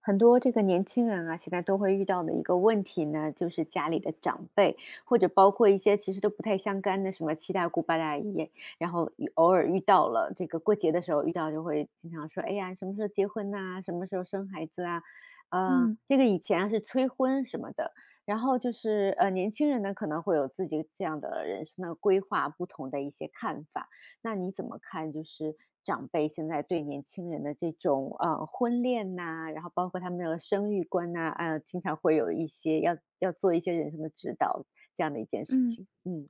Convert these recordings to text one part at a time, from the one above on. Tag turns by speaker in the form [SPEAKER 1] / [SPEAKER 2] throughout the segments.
[SPEAKER 1] 很多这个年轻人啊，现在都会遇到的一个问题呢，就是家里的长辈，或者包括一些其实都不太相干的，什么七大姑八大姨，然后偶尔遇到了，这个过节的时候遇到，就会经常说：“哎呀，什么时候结婚呐、什么时候生孩子啊？”
[SPEAKER 2] 嗯
[SPEAKER 1] 这个以前啊是催婚什么的，然后就是年轻人呢可能会有自己这样的人生的规划，不同的一些看法。那你怎么看，就是长辈现在对年轻人的这种，婚恋呐，然后包括他们的生育观呐，啊，经常会有一些要做一些人生的指导，这样的一件事
[SPEAKER 2] 嗯
[SPEAKER 1] 情？嗯。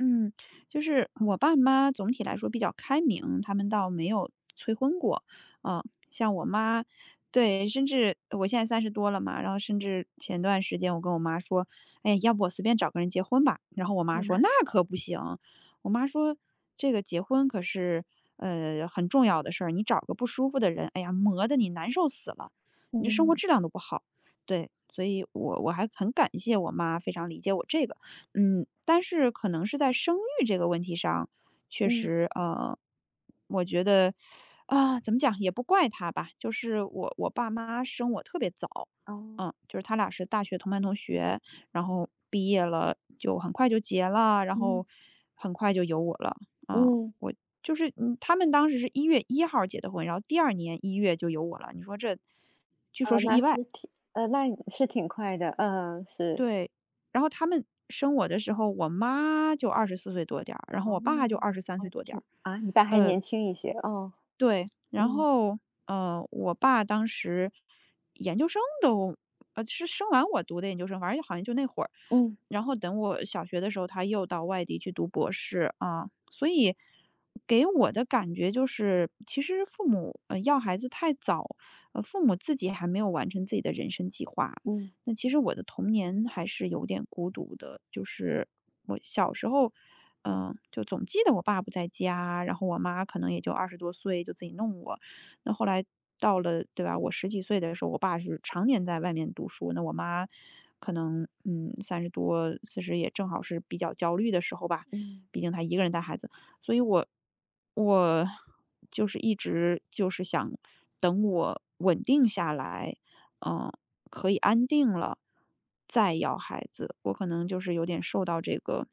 [SPEAKER 2] 嗯，就是我爸妈总体来说比较开明，他们倒没有催婚过。嗯，像我妈，对，甚至我现在三十多了嘛，然后甚至前段时间我跟我妈说，哎，要不我随便找个人结婚吧？然后我妈说那可不行，我妈说这个结婚可是很重要的事儿，你找个不舒服的人，哎呀，磨得你难受死了，你这生活
[SPEAKER 1] 嗯，
[SPEAKER 2] 质量都不好。对，所以我还很感谢我妈，非常理解我这个。嗯，但是可能是在生育这个问题上，确
[SPEAKER 1] 嗯，
[SPEAKER 2] 实，我觉得，啊，怎么讲也不怪他吧，就是我爸妈生我特别早，
[SPEAKER 1] 哦，
[SPEAKER 2] 嗯，就是他俩是大学同班同学，然后毕业了就很快就结了，然
[SPEAKER 1] 嗯，
[SPEAKER 2] 后很快就有我了，啊，
[SPEAKER 1] 嗯，
[SPEAKER 2] 我就是嗯，他们当时是1月1号结的婚，然后第二年一月就有我了，你说这，据说
[SPEAKER 1] 哦，
[SPEAKER 2] 是意外，
[SPEAKER 1] 那是挺快的，嗯，是。
[SPEAKER 2] 对，然后他们生我的时候，我妈就二十四岁多点儿，然后
[SPEAKER 1] 哦，
[SPEAKER 2] 我爸就二十三岁
[SPEAKER 1] 哦，
[SPEAKER 2] 多点儿。
[SPEAKER 1] 挺啊，你爸还
[SPEAKER 2] 呃，
[SPEAKER 1] 年轻一些，哦，
[SPEAKER 2] 对，然
[SPEAKER 1] 嗯，
[SPEAKER 2] 后，我爸当时研究生都呃，是生完我读的研究生，反正好像就那会儿。
[SPEAKER 1] 嗯，
[SPEAKER 2] 然后等我小学的时候，他又到外地去读博士，啊，所以给我的感觉就是，其实父母，要孩子太早，父母自己还没有完成自己的人生计划。
[SPEAKER 1] 嗯，
[SPEAKER 2] 那其实我的童年还是有点孤独的，就是我小时候，就总记得我爸不在家，然后我妈可能也就20多岁就自己弄我。那后来到了，对吧？我十几岁的时候，我爸是常年在外面读书，那我妈可能30多40也正好是比较焦虑的时候吧，
[SPEAKER 1] 嗯，
[SPEAKER 2] 毕竟她一个人带孩子，所以我就是一直就是想等我稳定下来。嗯。可以安定了，再要孩子。我可能就是有点受到这个，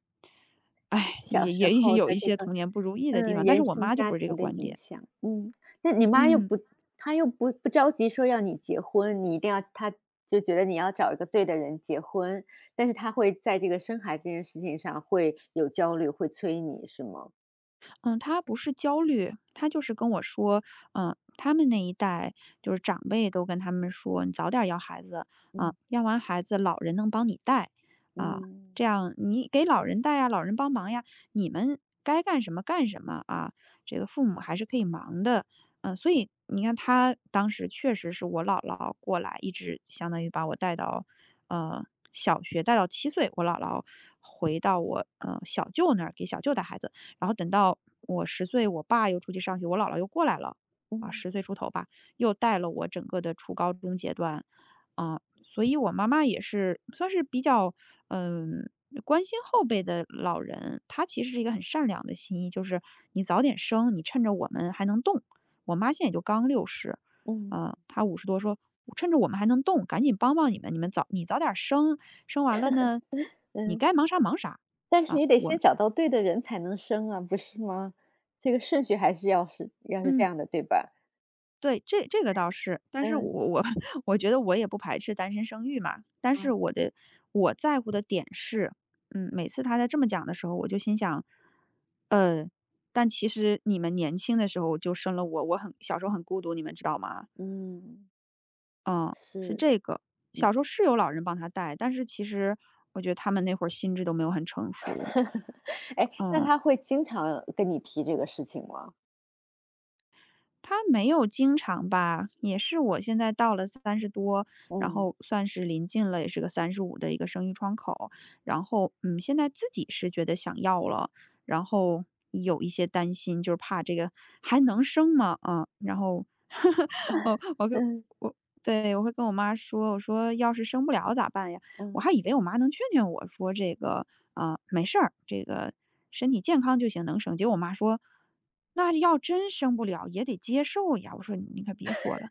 [SPEAKER 2] 哎，
[SPEAKER 1] 小
[SPEAKER 2] 也
[SPEAKER 1] 时
[SPEAKER 2] 也也
[SPEAKER 1] 候
[SPEAKER 2] 有
[SPEAKER 1] 的
[SPEAKER 2] 一
[SPEAKER 1] 这
[SPEAKER 2] 些
[SPEAKER 1] 个
[SPEAKER 2] 童年不如意的地方，但是
[SPEAKER 1] 原
[SPEAKER 2] 我
[SPEAKER 1] 生
[SPEAKER 2] 妈就
[SPEAKER 1] 家
[SPEAKER 2] 不是这个
[SPEAKER 1] 庭的
[SPEAKER 2] 观
[SPEAKER 1] 影
[SPEAKER 2] 点。
[SPEAKER 1] 响，嗯，那你妈又
[SPEAKER 2] 嗯。
[SPEAKER 1] 不，她又不着急说要你结婚，你一定要她就觉得你要找一个对的人结婚，但是她会在这个生孩子这件事情上会有焦虑，会催你是吗？
[SPEAKER 2] 嗯，他不是焦虑，他就是跟我说，嗯，他们那一代就是长辈都跟他们说，你早点要孩子啊，
[SPEAKER 1] 嗯，
[SPEAKER 2] 要完孩子老人能帮你带啊，
[SPEAKER 1] 嗯，
[SPEAKER 2] 这样你给老人带呀，老人帮忙呀，你们该干什么干什么啊，这个父母还是可以忙的，所以你看他当时确实是我姥姥过来，一直相当于把我带到呃小学，带到7岁，我姥姥回到我小舅那儿给小舅带孩子。然后等到我十岁，我爸又出去上学，我姥姥又过来了，啊
[SPEAKER 1] 嗯，
[SPEAKER 2] 10岁出头吧，又带了我整个的初高中阶段。啊，所以我妈妈也是算是比较，嗯，关心后辈的老人，她其实是一个很善良的心意，就是你早点生，你趁着我们还能动。我妈现在也就刚六十，
[SPEAKER 1] 嗯，
[SPEAKER 2] 啊，她50多说：“趁着我们还能动，赶紧帮帮你们，你们早你早点生，生完了呢，你
[SPEAKER 1] 嗯，
[SPEAKER 2] 该忙啥忙啥。”
[SPEAKER 1] 但是
[SPEAKER 2] 啊，
[SPEAKER 1] 你得先找到对的人才能生啊，不是吗？这个顺序还是要是这
[SPEAKER 2] 嗯，
[SPEAKER 1] 样的，对吧？
[SPEAKER 2] 对，这个倒是，但是
[SPEAKER 1] 嗯，
[SPEAKER 2] 我觉得我也不排斥单身生育嘛，但是
[SPEAKER 1] 啊，
[SPEAKER 2] 我在乎的点是，嗯，每次他在这么讲的时候，我就心想，呃，但其实你们年轻的时候就生了我，我很小时候很孤独，你们知道吗？
[SPEAKER 1] 嗯，
[SPEAKER 2] 嗯，是
[SPEAKER 1] 是。
[SPEAKER 2] 这个，
[SPEAKER 1] 嗯
[SPEAKER 2] 小时候是有老人帮他带，但是其实我觉得他们那会儿心智都没有很成 熟，
[SPEAKER 1] 呵呵，哎，那
[SPEAKER 2] 嗯，
[SPEAKER 1] 他会经常跟你提这个事情吗？
[SPEAKER 2] 他没有经常吧，也是我现在到了三十多，然
[SPEAKER 1] 嗯，
[SPEAKER 2] 后算是临近了，也是个35的一个生育窗口。然后，现在自己是觉得想要了，然后有一些担心，就是怕这个还能生吗？啊，然后 我我跟
[SPEAKER 1] 嗯，
[SPEAKER 2] 我对，我会跟我妈说，我说：“要是生不了咋办呀？”我
[SPEAKER 1] 嗯，
[SPEAKER 2] 还以为我妈能劝劝我说这个，啊，没事儿，这个身体健康就行，能生。结果我妈说那要真生不了也得接受呀。我说你可别说了，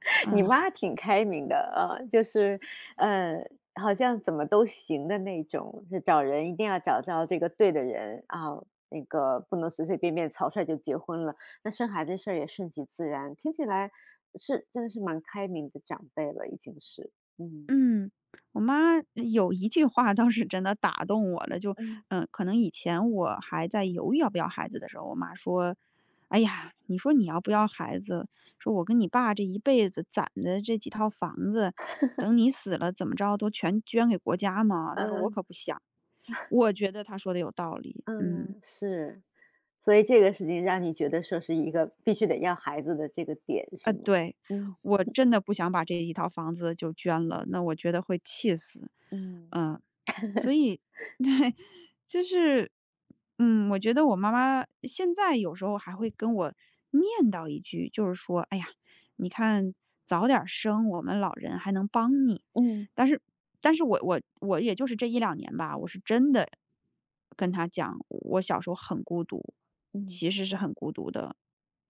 [SPEAKER 1] 你
[SPEAKER 2] 嗯
[SPEAKER 1] 妈挺开明的啊，就是，呃，好像怎么都行的那种，是找人一定要找到这个对的人啊，那个不能随随便便草率就结婚了，那生孩子事儿也顺其自然，听起来是真的是蛮开明的长辈了，已经是，嗯，
[SPEAKER 2] 嗯，我妈有一句话倒是真的打动我了，就
[SPEAKER 1] 嗯，
[SPEAKER 2] 嗯，可能以前我还在犹豫要不要孩子的时候，我妈说：“哎呀，你说你要不要孩子，说我跟你爸这一辈子攒的这几套房子，等你死了怎么着都全捐给国家嘛。”她说我
[SPEAKER 1] 嗯。
[SPEAKER 2] 可不想，我觉得她说的有道理，嗯。
[SPEAKER 1] 嗯，是。所以这个事情让你觉得说是一个必须得要孩子的这个点是吗？
[SPEAKER 2] 对，
[SPEAKER 1] 嗯，
[SPEAKER 2] 我真的不想把这一套房子就捐了，那我觉得会气死。
[SPEAKER 1] 嗯，
[SPEAKER 2] 嗯，所以，对，就是，我觉得我妈妈现在有时候还会跟我念叨一句，就是说，哎呀，你看早点儿生，我们老人还能帮你。
[SPEAKER 1] 嗯，
[SPEAKER 2] 但是，但是我也就是这1、2年吧，我是真的跟她讲，我小时候很孤独，
[SPEAKER 1] 嗯。
[SPEAKER 2] 其实是很孤独的。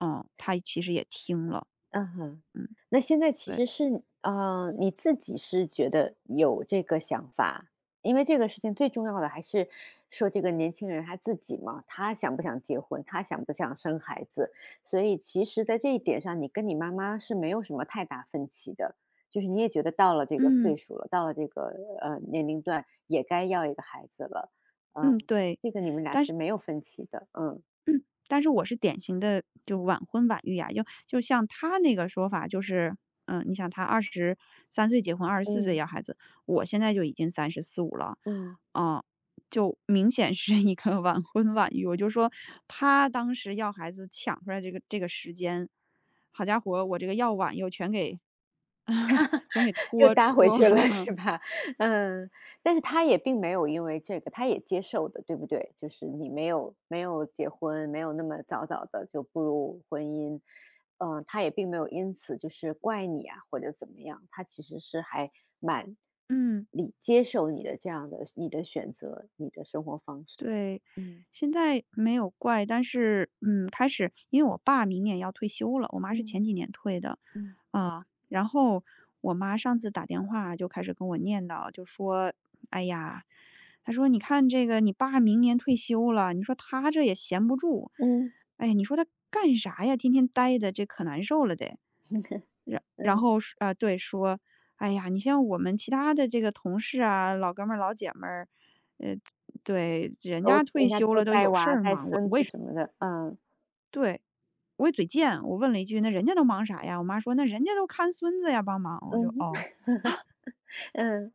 [SPEAKER 2] 嗯，她其实也听了。
[SPEAKER 1] 嗯哼，
[SPEAKER 2] 嗯，
[SPEAKER 1] 那现在其
[SPEAKER 2] 对，
[SPEAKER 1] 实是你自己是觉得有这个想法，因为这个事情最重要的还是说这个年轻人他自己嘛，他想不想结婚，他想不想生孩子，所以其实，在这一点上，你跟你妈妈是没有什么太大分歧的，就是你也觉得到了这个
[SPEAKER 2] 嗯，
[SPEAKER 1] 岁数了，到了这个年龄段，也该要一个孩子了，
[SPEAKER 2] 嗯，
[SPEAKER 1] 嗯，
[SPEAKER 2] 对，
[SPEAKER 1] 这个你们俩
[SPEAKER 2] 但
[SPEAKER 1] 是
[SPEAKER 2] 是
[SPEAKER 1] 没有分歧的，嗯，
[SPEAKER 2] 但是我是典型的就晚婚晚育呀，就像他那个说法，就是，你想他二十三岁结婚二十四岁
[SPEAKER 1] 嗯，
[SPEAKER 2] 要孩子，我现在就已经三十四五了，
[SPEAKER 1] 嗯。
[SPEAKER 2] 啊，就明显是一个晚婚晚育。我就说他当时要孩子抢出来这个时间，好家伙，我这个要晚又全给
[SPEAKER 1] 又
[SPEAKER 2] 拖
[SPEAKER 1] 搭回
[SPEAKER 2] 拖完，
[SPEAKER 1] 去了
[SPEAKER 2] 嗯。
[SPEAKER 1] 是吧？嗯，但是他也并没有因为这个，他也接受的，对不对？就是你没有结婚，没有那么早早的就步入婚姻，嗯，他也并没有因此就是怪你啊或者怎么样，他其实是还蛮
[SPEAKER 2] 嗯。
[SPEAKER 1] 接受你的，这样的你的选择，你的生活方式的。
[SPEAKER 2] 对，
[SPEAKER 1] 嗯，
[SPEAKER 2] 现在没有怪，但是，开始因为我爸明年要退休了，我妈是
[SPEAKER 1] 嗯，
[SPEAKER 2] 前几年退的，
[SPEAKER 1] 嗯，
[SPEAKER 2] 啊，然后我妈上次打电话就开始跟我念叨，就说：“哎呀，她说你看这个你爸明年退休了，你说他这也闲不住，
[SPEAKER 1] 嗯，
[SPEAKER 2] 哎呀，你说他干啥呀？天天待的这可难受了得。”然然
[SPEAKER 1] 嗯，
[SPEAKER 2] 后是啊，对，说：“哎呀，你像我们其他的这个同事啊，老哥们儿、老姐们儿。呃”对，人家退
[SPEAKER 1] 人家
[SPEAKER 2] 休
[SPEAKER 1] 都
[SPEAKER 2] 了都
[SPEAKER 1] 带
[SPEAKER 2] 有事
[SPEAKER 1] 娃
[SPEAKER 2] 儿
[SPEAKER 1] 带
[SPEAKER 2] 忙，我
[SPEAKER 1] 孙
[SPEAKER 2] 我
[SPEAKER 1] 子
[SPEAKER 2] 也是
[SPEAKER 1] 什么的，嗯，
[SPEAKER 2] 对，我也嘴贱，我问了一句：“那人家都忙啥呀？”我妈说：“那人家都看孙子呀，帮忙。”我就
[SPEAKER 1] 嗯，
[SPEAKER 2] 哦。
[SPEAKER 1] 嗯。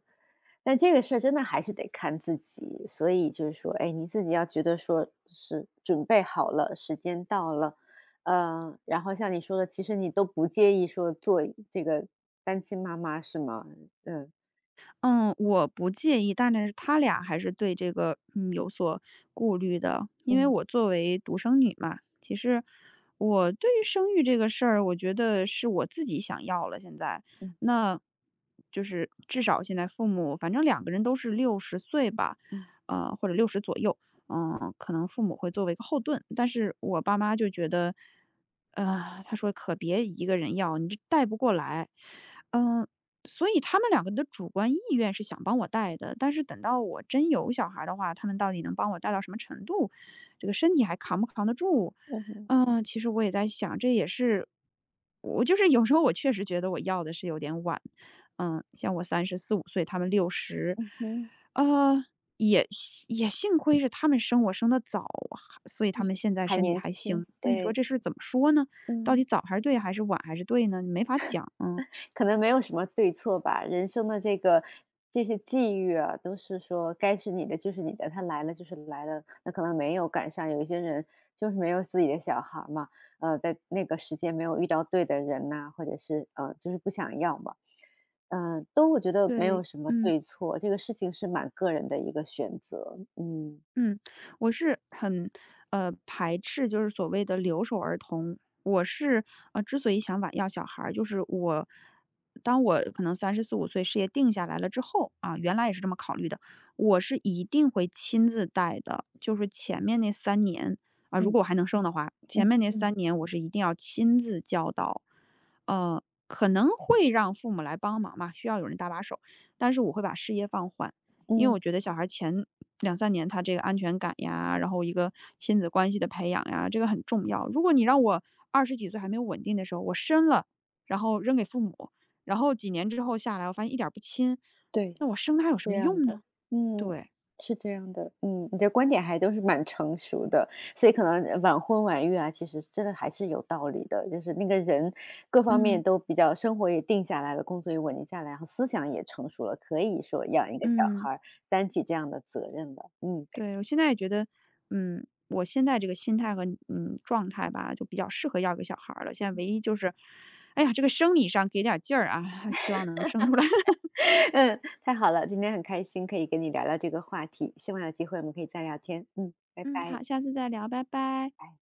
[SPEAKER 1] 但这个事儿真的还是得看自己，所以就是说，哎，你自己要觉得说是准备好了，时间到了，然后像你说的，其实你都不介意说做这个单亲妈妈是吗？嗯，
[SPEAKER 2] 嗯，我不介意，但是他俩还是对这个，有所顾虑的。因为
[SPEAKER 1] 嗯，
[SPEAKER 2] 我作为独生女嘛，其实我对于生育这个事儿，我觉得是我自己想要了。现在，
[SPEAKER 1] 嗯，
[SPEAKER 2] 那就是至少现在父母，反正两个人都是60岁吧，
[SPEAKER 1] 嗯，
[SPEAKER 2] 或者六十左右，可能父母会作为一个后盾，但是我爸妈就觉得，他说可别一个人要，你这带不过来。嗯、所以他们两个的主观意愿是想帮我带的，但是等到我真有小孩儿的话，他们到底能帮我带到什么程度，这个身体还扛不扛得住？
[SPEAKER 1] 嗯，嗯，
[SPEAKER 2] 嗯，其实我也在想，这也是我就是有时候我确实觉得我要的是有点晚，嗯，像我三十四五岁，他们六十，
[SPEAKER 1] 嗯，
[SPEAKER 2] 呃，也也幸亏是他们生我生的早，还所以他们现在
[SPEAKER 1] 还
[SPEAKER 2] 身体
[SPEAKER 1] 年
[SPEAKER 2] 还行，
[SPEAKER 1] 轻，
[SPEAKER 2] 所以你说
[SPEAKER 1] 对，
[SPEAKER 2] 这事儿怎么说呢？到
[SPEAKER 1] 嗯。
[SPEAKER 2] 底早还是对还是晚还是对呢？没法讲，嗯，
[SPEAKER 1] 可能没有什么对错吧，人生的这些际遇啊，都是说该是你的就是你的，他来了就是来了。那可能没有赶上，有一些人就是没有自己的小孩儿嘛，在那个时间没有遇到对的人呐、或者是就是不想要嘛，嗯、都我觉得没有
[SPEAKER 2] 对，
[SPEAKER 1] 什么
[SPEAKER 2] 嗯。
[SPEAKER 1] 对错，这个事情是蛮个人的一个选择，嗯，
[SPEAKER 2] 嗯，我是很，排斥就是所谓的留守儿童。我是，之所以想把要小孩儿，就是当我可能三十四五岁事业定下来了之后，啊，原来也是这么考虑的，我是一定会亲自带的。就是前面那三年，啊，如
[SPEAKER 1] 嗯，
[SPEAKER 2] 果我还能生的话，前
[SPEAKER 1] 嗯，
[SPEAKER 2] 面那
[SPEAKER 1] 嗯，
[SPEAKER 2] 三年我是一定要亲自教导。可能会让父母来帮忙嘛，需要有人搭把手，但是我会把事业放缓。因为我
[SPEAKER 1] 嗯，
[SPEAKER 2] 觉得小孩前2、3年他这个安全感呀，然后一个亲子关系的培养呀，这个很重要。如果你让我20几岁还没有稳定的时候，我生了，然后扔给父母，然后几年之后下来，我发现一点儿不亲，
[SPEAKER 1] 对。
[SPEAKER 2] 那我生他有什
[SPEAKER 1] 这
[SPEAKER 2] 么
[SPEAKER 1] 样
[SPEAKER 2] 用
[SPEAKER 1] 的，
[SPEAKER 2] 呢？
[SPEAKER 1] 嗯，
[SPEAKER 2] 对，
[SPEAKER 1] 是这样的，嗯，你的观点还都是蛮成熟的，所以可能晚婚晚育啊，其实真的还是有道理的，就是那个人各方面
[SPEAKER 2] 嗯
[SPEAKER 1] 都比较，生活也定下来了，工作也稳定下来，然后思想也成熟了，可以说养一个小
[SPEAKER 2] 嗯，
[SPEAKER 1] 孩儿，担起这样的责任了。嗯
[SPEAKER 2] 对，我现在也觉得，我现在这个心态和状态吧，就比较适合要个小孩儿了。现在唯一就是，哎呀，这个生理上给点儿劲儿啊，希望能生出来。
[SPEAKER 1] 嗯，太好了，今天很开心可以跟你聊聊这个话题，希望有机会我们可以再聊天。嗯，拜
[SPEAKER 2] 嗯，
[SPEAKER 1] 拜，
[SPEAKER 2] 好，下次再聊，拜拜。
[SPEAKER 1] 拜。